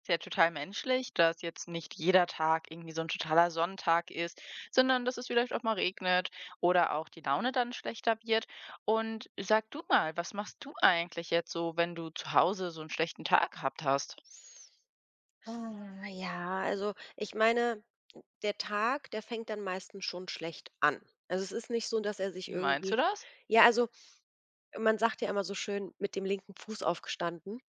Ist ja total menschlich, dass jetzt nicht jeder Tag irgendwie so ein totaler Sonntag ist, sondern dass es vielleicht auch mal regnet oder auch die Laune dann schlechter wird. Und sag du mal, was machst du eigentlich jetzt so, wenn du zu Hause so einen schlechten Tag gehabt hast? Ah, ja, also ich meine, der Tag, der fängt dann meistens schon schlecht an. Also es ist nicht so, dass er sich Wie meinst du irgendwie – das? ja, also man sagt ja immer so schön: „Mit dem linken Fuß aufgestanden."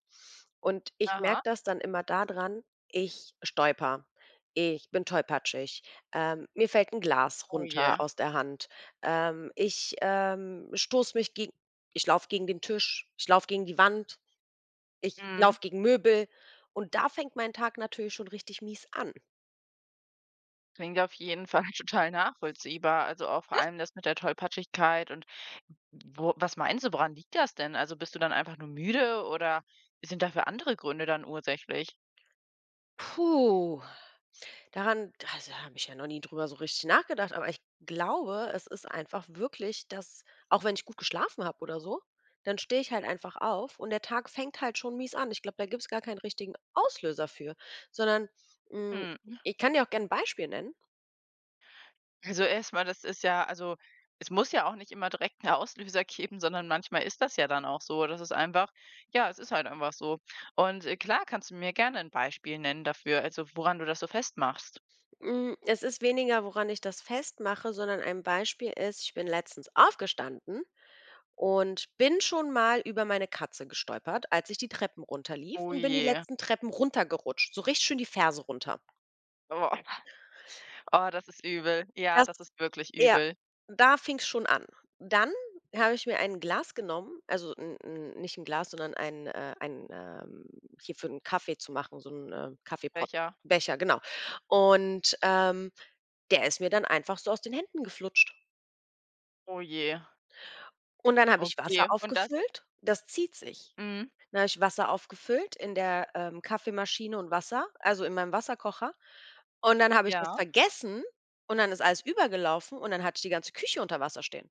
Und ich Aha, merke das dann immer da dran: ich stolper, ich bin tollpatschig, mir fällt ein Glas oh runter je. aus der Hand, ähm, ich, ähm, stoße mich gegen ich laufe gegen den Tisch, ich laufe gegen die Wand. Ich Mhm. laufe gegen Möbel, und da fängt mein Tag natürlich schon richtig mies an. Klingt auf jeden Fall total nachvollziehbar. Also, auch vor allem das mit der Tollpatschigkeit und wo was meinst du, woran liegt das denn? Also, bist du dann einfach nur müde oder sind dafür andere Gründe dann ursächlich? Puh, daran also, da habe ich ja noch nie drüber so richtig nachgedacht, aber ich glaube, es ist einfach wirklich, dass, auch wenn ich gut geschlafen habe oder so, dann stehe ich halt einfach auf und der Tag fängt halt schon mies an. Ich glaube, da gibt's gar keinen richtigen Auslöser für, sondern hm, Hm. ich kann dir auch gerne 'n Beispiel nennen. Also erstmal, das ist ja also, es muss ja auch nicht immer direkt 'n Auslöser geben, sondern manchmal ist das ja dann auch so. Das ist einfach ja, es ist halt einfach so. Und, klar kannst du mir gerne ein Beispiel nennen dafür, also woran du das so festmachst. Es ist weniger, woran ich das festmache, sondern ein Beispiel ist: ich bin letztens aufgestanden und bin schon mal über meine Katze gestolpert, als ich die Treppen runterlief, Oh und bin die je. letzten Treppen runtergerutscht, so richtig schön die Ferse runter. Oh, oh, das ist übel. Ja, Das das ist wirklich Ja, übel. da fing es schon an. Dann habe ich mir ein Glas genommen, also 'n nicht ein Glas, sondern ein, hier, für einen Kaffee zu machen, so 'n, Kaffeepot – Welcher? Becher, genau. Und, der ist mir dann einfach so aus den Händen geflutscht. Oh je. Und dann habe ich Wasser Okay. Und das aufgefüllt, das zieht sich. mhm, Dann habe ich Wasser aufgefüllt in der Kaffeemaschine und Wasser, also in meinem Wasserkocher. Und dann habe ich das ja. vergessen, und dann ist alles übergelaufen, und dann hatte ich die ganze Küche unter Wasser stehen.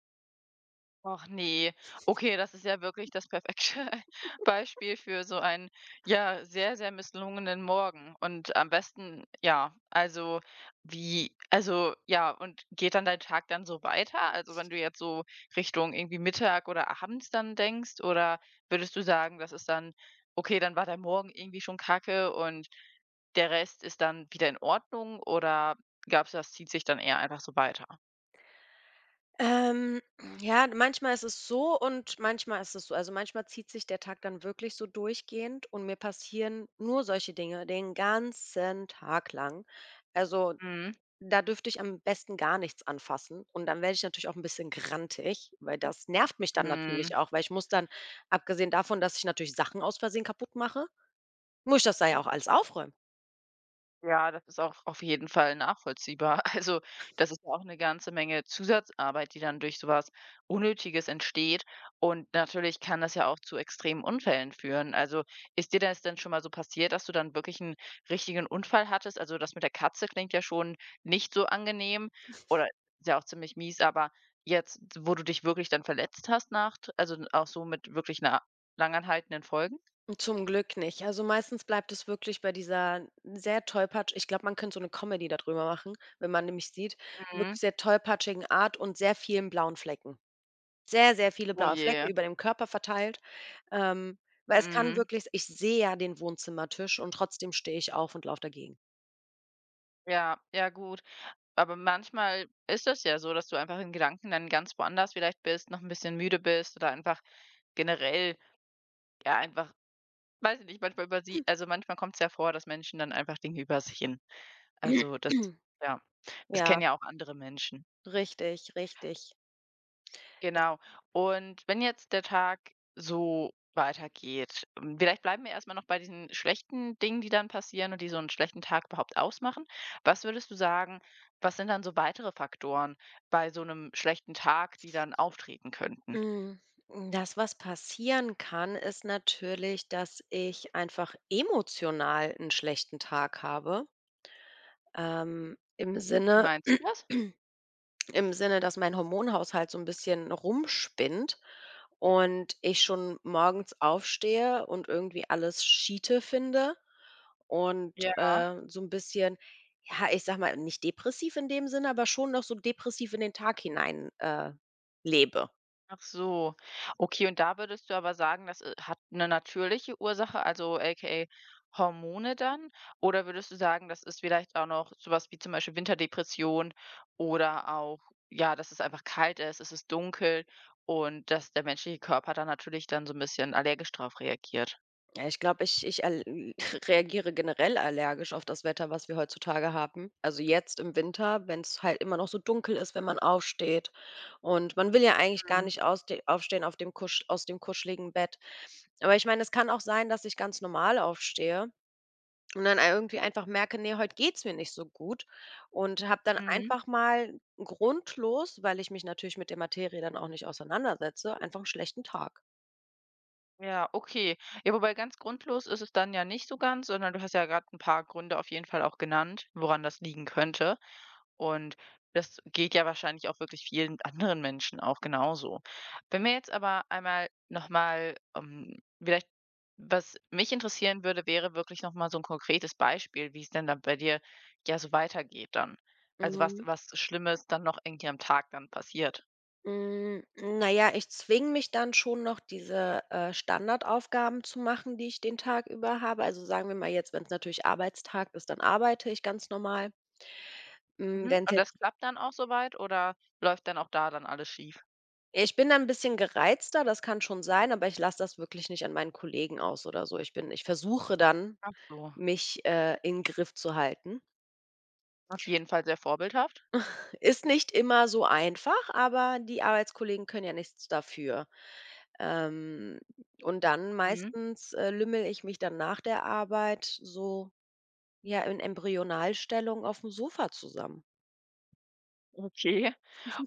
Ach nee, okay, das ist ja wirklich das perfekte Beispiel für so einen, ja, sehr, sehr misslungenen Morgen. Und am besten ja, also wie also ja, und geht dann dein Tag dann so weiter? Also, wenn du jetzt so Richtung irgendwie Mittag oder abends dann denkst oder würdest du sagen, das ist dann okay, dann war der Morgen irgendwie schon kacke und der Rest ist dann wieder in Ordnung oder gab's das zieht sich dann eher einfach so weiter? Ähm, ja, manchmal ist es so und manchmal ist es so. Also, manchmal zieht sich der Tag dann wirklich so durchgehend und mir passieren nur solche Dinge den ganzen Tag lang. Also, Mhm, da dürfte ich am besten gar nichts anfassen, und dann werde ich natürlich auch 'n bisschen grantig, weil das nervt mich dann natürlich mhm. auch, weil ich muss dann, abgesehen davon, dass ich natürlich Sachen aus Versehen kaputt mache, muss ich das da ja auch alles aufräumen. Ja, das ist auch auf jeden Fall nachvollziehbar. Also, das ist ja auch eine ganze Menge Zusatzarbeit, die dann durch sowas Unnötiges entsteht. Und natürlich kann das ja auch zu extremen Unfällen führen. Also, ist dir das denn schon mal so passiert, dass du dann wirklich einen richtigen Unfall hattest? Also, das mit der Katze klingt ja schon nicht so angenehm oder ist ja auch ziemlich mies, aber jetzt, wo du dich wirklich dann verletzt hast nach also, auch so mit wirklich 'ner langanhaltenden Folgen? Zum Glück nicht. Also, meistens bleibt es wirklich bei dieser sehr tollpatsch– ich glaube, man könnte so 'ne Comedy da drüber machen, wenn man nämlich sieht, Mhm. wirklich sehr tollpatschigen Art und sehr vielen blauen Flecken. Sehr, sehr viele Oh blaue Flecke je. über dem Körper verteilt, ähm, weil es kann Mhm. wirklich – ich sehe ja den Wohnzimmertisch und trotzdem stehe ich auf und laufe dagegen. Ja, ja gut. Aber manchmal ist das ja so, dass du einfach in Gedanken dann ganz woanders vielleicht bist, noch ein bisschen müde bist oder einfach generell, ja, einfach weiß ich nicht, manchmal über sie also, manchmal kommt es ja vor, dass Menschen dann einfach Dinge übersehen. Also, das ja, das Ja, kennen ja auch andere Menschen. richtig, richtig. Genau. Und wenn jetzt der Tag so weitergeht, vielleicht bleiben wir erstmal noch bei diesen schlechten Dingen, die dann passieren und die so einen schlechten Tag überhaupt ausmachen. Was würdest du sagen, was sind dann so weitere Faktoren bei so einem schlechten Tag, die dann auftreten könnten? Hm, Das, was passieren kann, ist natürlich, dass ich einfach emotional einen schlechten Tag habe, ähm, im Mhm. Wie Sinne meinst du das? im Sinne, dass mein Hormonhaushalt so ein bisschen rumspinnt und ich schon morgens aufstehe und irgendwie alles Schiete finde und, Ja. So ein bisschen, ja, ich sag mal, nicht depressiv in dem Sinne, aber schon noch so depressiv in den Tag hinein, lebe. Ach so. Okay, und da würdest du aber sagen, das, hat eine natürliche Ursache, also AKA Hormone dann? Oder würdest du sagen, das ist vielleicht auch noch sowas wie zum Beispiel Winterdepression oder auch, ja, dass es einfach kalt ist, es ist dunkel und dass der menschliche Körper dann natürlich dann so ein bisschen allergisch drauf reagiert? Ja, ich glaube, ich ich al reagiere generell allergisch auf das Wetter, was wir heutzutage haben. Also, jetzt im Winter, wenn es halt immer noch so dunkel ist, wenn man aufsteht und man will ja eigentlich gar Mhm. nicht ausste aufstehen, auf dem kusch aus dem kuscheligen Bett. Aber ich meine, es kann auch sein, dass ich ganz normal aufstehe und dann irgendwie einfach merke: „Nee, heute geht's mir nicht so gut", und habe dann Mhm. einfach mal grundlos, weil ich mich natürlich mit der Materie dann auch nicht auseinandersetze, einfach 'n schlechten Tag. Ja, okay. Ja, wobei ganz grundlos ist es dann ja nicht so ganz, sondern du hast ja gerade ein paar Gründe auf jeden Fall auch genannt, woran das liegen könnte. Und das geht ja wahrscheinlich auch wirklich vielen anderen Menschen auch genauso. Wenn wir jetzt aber einmal noch mal, vielleicht was mich interessieren würde, wäre wirklich noch mal so ein konkretes Beispiel, wie es denn dann bei dir, ja, so weitergeht dann. Also, was Mhm. was Schlimmes dann noch irgendwie am Tag dann passiert. Hm, na ja, ich zwinge mich dann schon noch, diese, Standardaufgaben zu machen, die ich den Tag über habe. Also, sagen wir mal jetzt, wenn es natürlich Arbeitstag ist, dann arbeite ich ganz normal. Hm, Mhm. wenn's Und das jetzt klappt dann auch so weit oder läuft dann auch da dann alles schief? Ich bin dann ein bisschen gereizter, das kann schon sein, aber ich lasse das wirklich nicht an meinen Kollegen aus oder so. Ich versuche dann, Ach so, mich, in Griff zu halten. auf jeden Fall sehr vorbildhaft. Ist nicht immer so einfach, aber die Arbeitskollegen können ja nichts dafür. Ähm, und dann Mhm, meistens, lümmle ich mich dann nach der Arbeit so, ja, in Embryonalstellung auf dem Sofa zusammen. okay.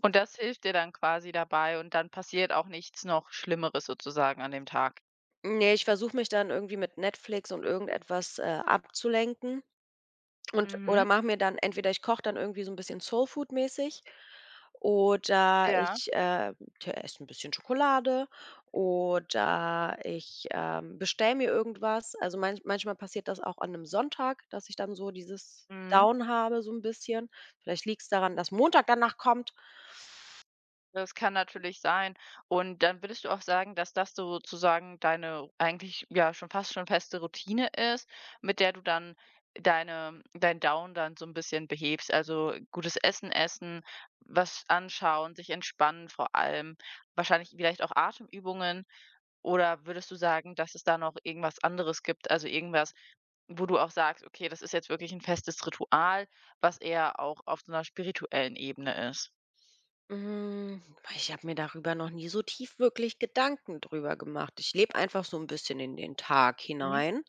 Und das hilft dir dann quasi dabei und dann passiert auch nichts noch Schlimmeres sozusagen an dem Tag? Ne, ich versuche mich dann irgendwie mit Netflix und irgendetwas, abzulenken. Und oder Mhm, mache mir dann entweder – ich koche dann irgendwie so 'n bisschen Soulfood-mäßig, oder ja, ich, t esse 'n bisschen Schokolade, oder ich, bestelle mir irgendwas. Also, manchmal passiert das auch an 'nem Sonntag, dass ich dann so dieses mhm. Down habe so 'n bisschen. Vielleicht liegt's daran, dass Montag danach kommt. Das kann natürlich sein. Und dann würdest du auch sagen, dass das so sozusagen deine eigentlich, ja, schon fast schon feste Routine ist, mit der du dann dein Down dann so ein bisschen behebst, also gutes Essen essen, was anschauen, sich entspannen vor allem, wahrscheinlich vielleicht auch Atemübungen. Oder würdest du sagen, dass es da noch irgendwas anderes gibt, also irgendwas, wo du auch sagst: „Okay, das ist jetzt wirklich ein festes Ritual, was eher auch auf so einer spirituellen Ebene ist?" Hm, Ich habe mir darüber noch nie so tief wirklich Gedanken drüber gemacht. Ich lebe einfach so ein bisschen in den Tag Mhm. hinein.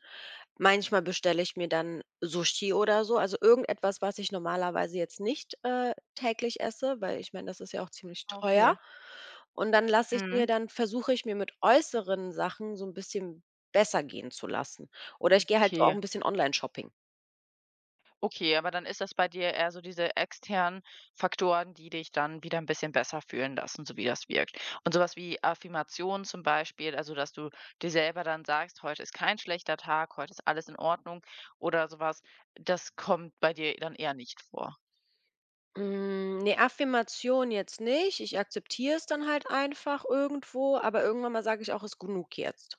Manchmal bestelle ich mir dann Sushi oder so, also irgendetwas, was ich normalerweise jetzt nicht, täglich esse, weil ich meine, das ist ja auch ziemlich teuer. Okay. Und dann lasse ich mir Mhm. dann versuche ich, mir mit äußeren Sachen so ein bisschen besser gehen zu lassen. Oder ich gehe halt so auch Okay. ein bisschen Online-Shopping. Okay, aber dann ist das bei dir eher so diese externen Faktoren, die dich dann wieder ein bisschen besser fühlen lassen, so wie das wirkt. Und sowas wie Affirmationen zum Beispiel, also, dass du dir selber dann sagst: „Heute ist kein schlechter Tag, heute ist alles in Ordnung" oder sowas, das kommt bei dir dann eher nicht vor? Ne, Affirmation jetzt nicht. Ich akzeptiere es dann halt einfach irgendwo, aber irgendwann mal sage ich auch: „Ist genug jetzt."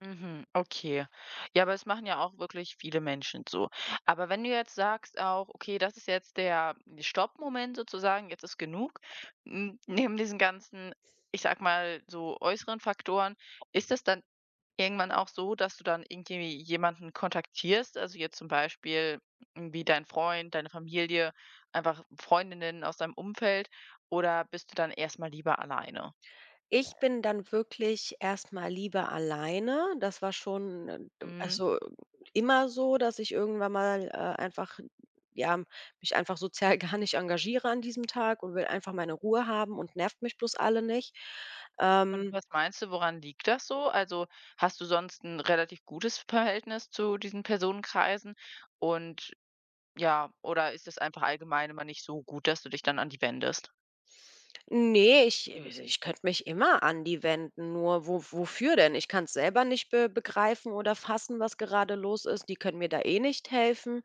Mhm, okay. Ja, aber es machen ja auch wirklich viele Menschen so. Aber wenn du jetzt sagst auch: „Okay, das ist jetzt der Stoppmoment sozusagen, jetzt ist genug." Hm, neben diesen ganzen, ich sag mal, so äußeren Faktoren, ist das dann irgendwann auch so, dass du dann irgendwie jemanden kontaktierst? Also, jetzt zum Beispiel irgendwie dein Freund, deine Familie, einfach Freundinnen aus deinem Umfeld oder bist du dann erstmal lieber alleine? Ich bin dann wirklich erst mal lieber alleine. Das war schon, Mhm. also, immer so, dass ich irgendwann mal, einfach, ja, mich einfach sozial gar nicht engagiere an diesem Tag und will einfach meine Ruhe haben und nervt mich bloß alle nicht. Und Ähm was meinst du, woran liegt das so? Also, hast du sonst ein relativ gutes Verhältnis zu diesen Personenkreisen? Und ja oder ist es einfach allgemein immer nicht so gut, dass du dich dann an die wendest? Ne, ich könnte mich immer an die wenden, nur wo wofür denn? Ich kann es selber nicht be begreifen oder fassen, was gerade los ist. Die können mir da eh nicht helfen,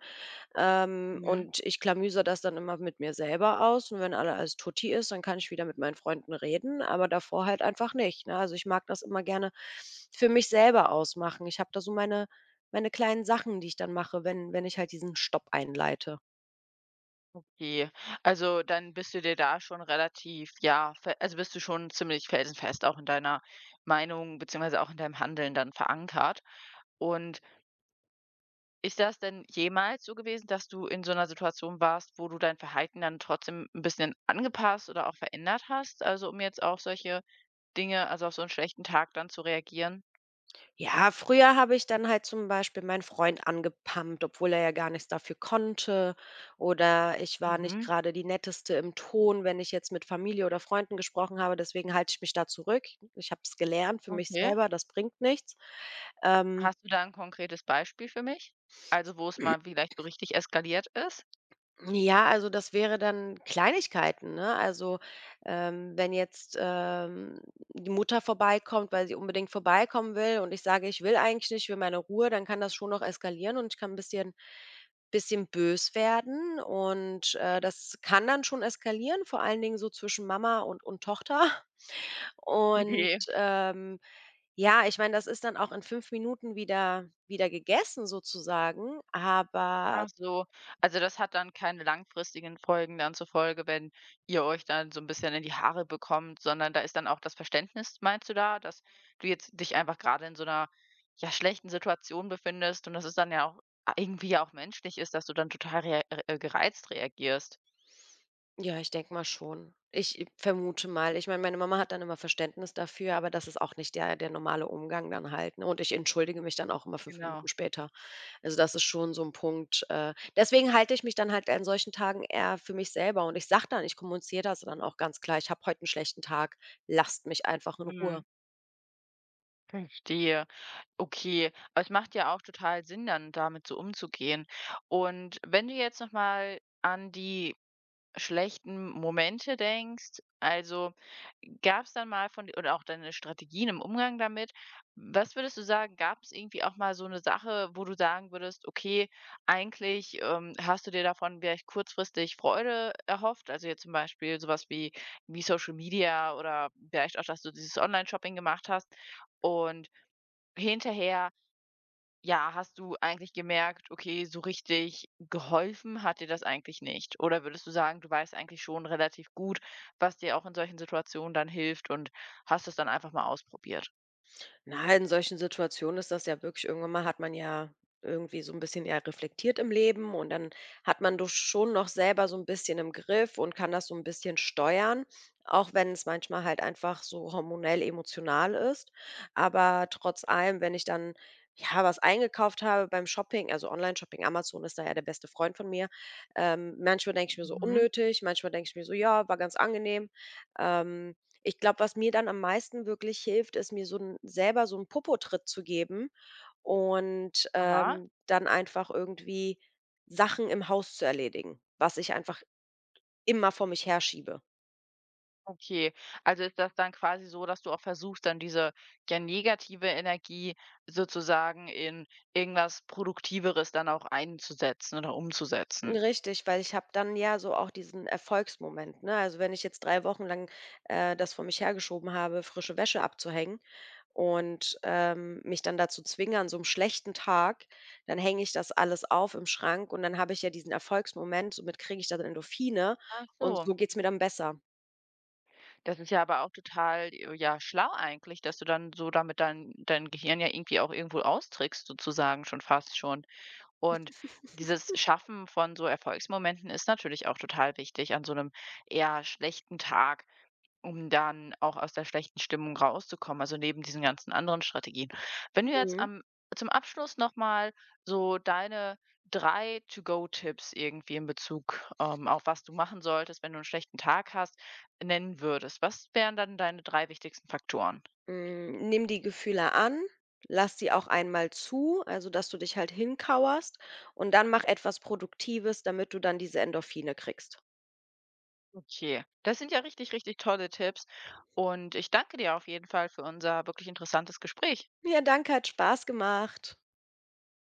Mhm. und ich klamüse das dann immer mit mir selber aus, und wenn alles tutti ist, dann kann ich wieder mit meinen Freunden reden, aber davor halt einfach nicht, ne? Also, ich mag das immer gerne für mich selber ausmachen. Ich habe da so meine kleinen Sachen, die ich dann mache, wenn ich halt diesen Stopp einleite. Okay. Also, dann bist du dir da schon relativ, ja, fe also, bist du schon ziemlich felsenfest auch in deiner Meinung beziehungsweise auch in deinem Handeln dann verankert. Und ist das denn jemals so gewesen, dass du in so einer Situation warst, wo du dein Verhalten dann trotzdem ein bisschen angepasst oder auch verändert hast? Also, um jetzt auf solche Dinge also, auf so einen schlechten Tag dann zu reagieren? Ja, früher habe ich dann halt zum Beispiel meinen Freund angepammt, obwohl er ja gar nichts dafür konnte. Oder ich war nicht Mhm, gerade die Netteste im Ton, wenn ich jetzt mit Familie oder Freunden gesprochen habe. Deswegen halte ich mich da zurück. Ich habe es gelernt für mich okay. selber, das bringt nichts. Ähm Hast du da ein konkretes Beispiel für mich? Also, wo es mal vielleicht so richtig eskaliert ist? Ja, also das wäre dann Kleinigkeiten, ne? Also, wenn jetzt, die Mutter vorbeikommt, weil sie unbedingt vorbeikommen will und ich sage: „Ich will eigentlich nicht, ich will meine Ruhe", dann kann das schon noch eskalieren und ich kann 'n bisschen bös werden, und, das kann dann schon eskalieren, vor allen Dingen so zwischen Mama und Tochter. Und, Okay. Ja, ich meine, das ist dann auch in 5 Minuten wieder gegessen sozusagen. Aber Ach so. Also, das hat dann keine langfristigen Folgen dann zur Folge, wenn ihr euch dann so ein bisschen in die Haare bekommt, sondern da ist dann auch das Verständnis, meinst du da, dass du jetzt dich einfach gerade in so einer ja, schlechten Situation befindest und dass es dann ja auch a irgendwie ja auch menschlich ist, dass du dann total rea gereizt reagierst? ja, ich denke mal schon. Ich vermute mal. Ich meine, meine Mama hat dann immer Verständnis dafür, aber das ist auch nicht der normale Umgang dann halt, ne? Und ich entschuldige mich dann auch immer 5 Minuten Genau. später. Also, das ist schon so ein Punkt, deswegen halte ich mich dann halt an solchen Tagen eher für mich selber, und ich kommuniziere das dann auch ganz klar: „Ich habe heute einen schlechten Tag, lasst mich einfach in Ruhe." Mhm. Verstehe. Okay, aber es macht ja auch total Sinn, dann damit so umzugehen. Und wenn du jetzt noch mal an die schlechten Momente denkst? Also gab es dann mal von dir, oder auch deine Strategien im Umgang damit. Was würdest du sagen, gab es irgendwie auch mal so eine Sache, wo du sagen würdest: „Okay, eigentlich, hast du dir davon vielleicht kurzfristig Freude erhofft?" Also jetzt zum Beispiel sowas wie Social Media oder vielleicht auch, dass du dieses Online-Shopping gemacht hast und hinterher ja, hast du eigentlich gemerkt, okay, so richtig geholfen hat dir das eigentlich nicht? Oder würdest du sagen, du weißt eigentlich schon relativ gut, was dir auch in solchen Situationen dann hilft und hast es dann einfach mal ausprobiert? Na, in solchen Situationen ist das ja wirklich – irgendwann mal hat man ja irgendwie so ein bisschen, ja, reflektiert im Leben, und dann hat man doch schon noch selber so ein bisschen im Griff und kann das so ein bisschen steuern, auch wenn es manchmal halt einfach so hormonell emotional ist. Aber trotz allem, wenn ich dann, ja, was eingekauft habe beim Shopping – also Online-Shopping, Amazon ist da ja der beste Freund von mir. Manchmal denke ich mir so: Mhm. „Unnötig", manchmal denke ich mir so: „Ja, war ganz angenehm." Ähm. Ich glaube, was mir dann am meisten wirklich hilft, ist, mir so 'n selber so einen Popotritt zu geben und, Aha. Dann einfach irgendwie Sachen im Haus zu erledigen, was ich einfach immer vor mich herschiebe. Okay. Also ist das dann quasi so, dass du auch versuchst, dann diese ja negative Energie sozusagen in irgendwas Produktiveres dann auch einzusetzen oder umzusetzen? Richtig, weil ich habe dann ja so auch diesen Erfolgsmoment, ne? Also, wenn ich jetzt 3 Wochen lang, das vor mich hergeschoben habe, frische Wäsche abzuhängen, und, mich dann dazu zwinge an so einem schlechten Tag, dann hänge ich das alles auf im Schrank, und dann habe ich ja diesen Erfolgsmoment, somit kriege ich dann Endorphine Ach und so. so geht's mir dann besser. Das ist ja aber auch total, ja, schlau eigentlich, dass du dann so damit dein Gehirn ja irgendwie auch irgendwo austrickst sozusagen schon fast schon. Und dieses Schaffen von so Erfolgsmomenten ist natürlich auch total wichtig an so einem eher schlechten Tag. Um dann auch aus der schlechten Stimmung rauszukommen, also neben diesen ganzen anderen Strategien. Wenn du jetzt Mhm. am zum Abschluss noch mal so deine 3 To-Go-Tipps irgendwie in Bezug, auf was du machen solltest, wenn du einen schlechten Tag hast, nennen würdest. Was wären dann deine 3 wichtigsten Faktoren? Nimm die Gefühle an, lass sie auch einmal zu, also, dass du dich halt hinkauerst, und dann mach etwas Produktives, damit du dann diese Endorphine kriegst. Okay, das sind ja richtig, richtig tolle Tipps und ich danke dir auf jeden Fall für unser wirklich interessantes Gespräch. Ja, danke, hat Spaß gemacht.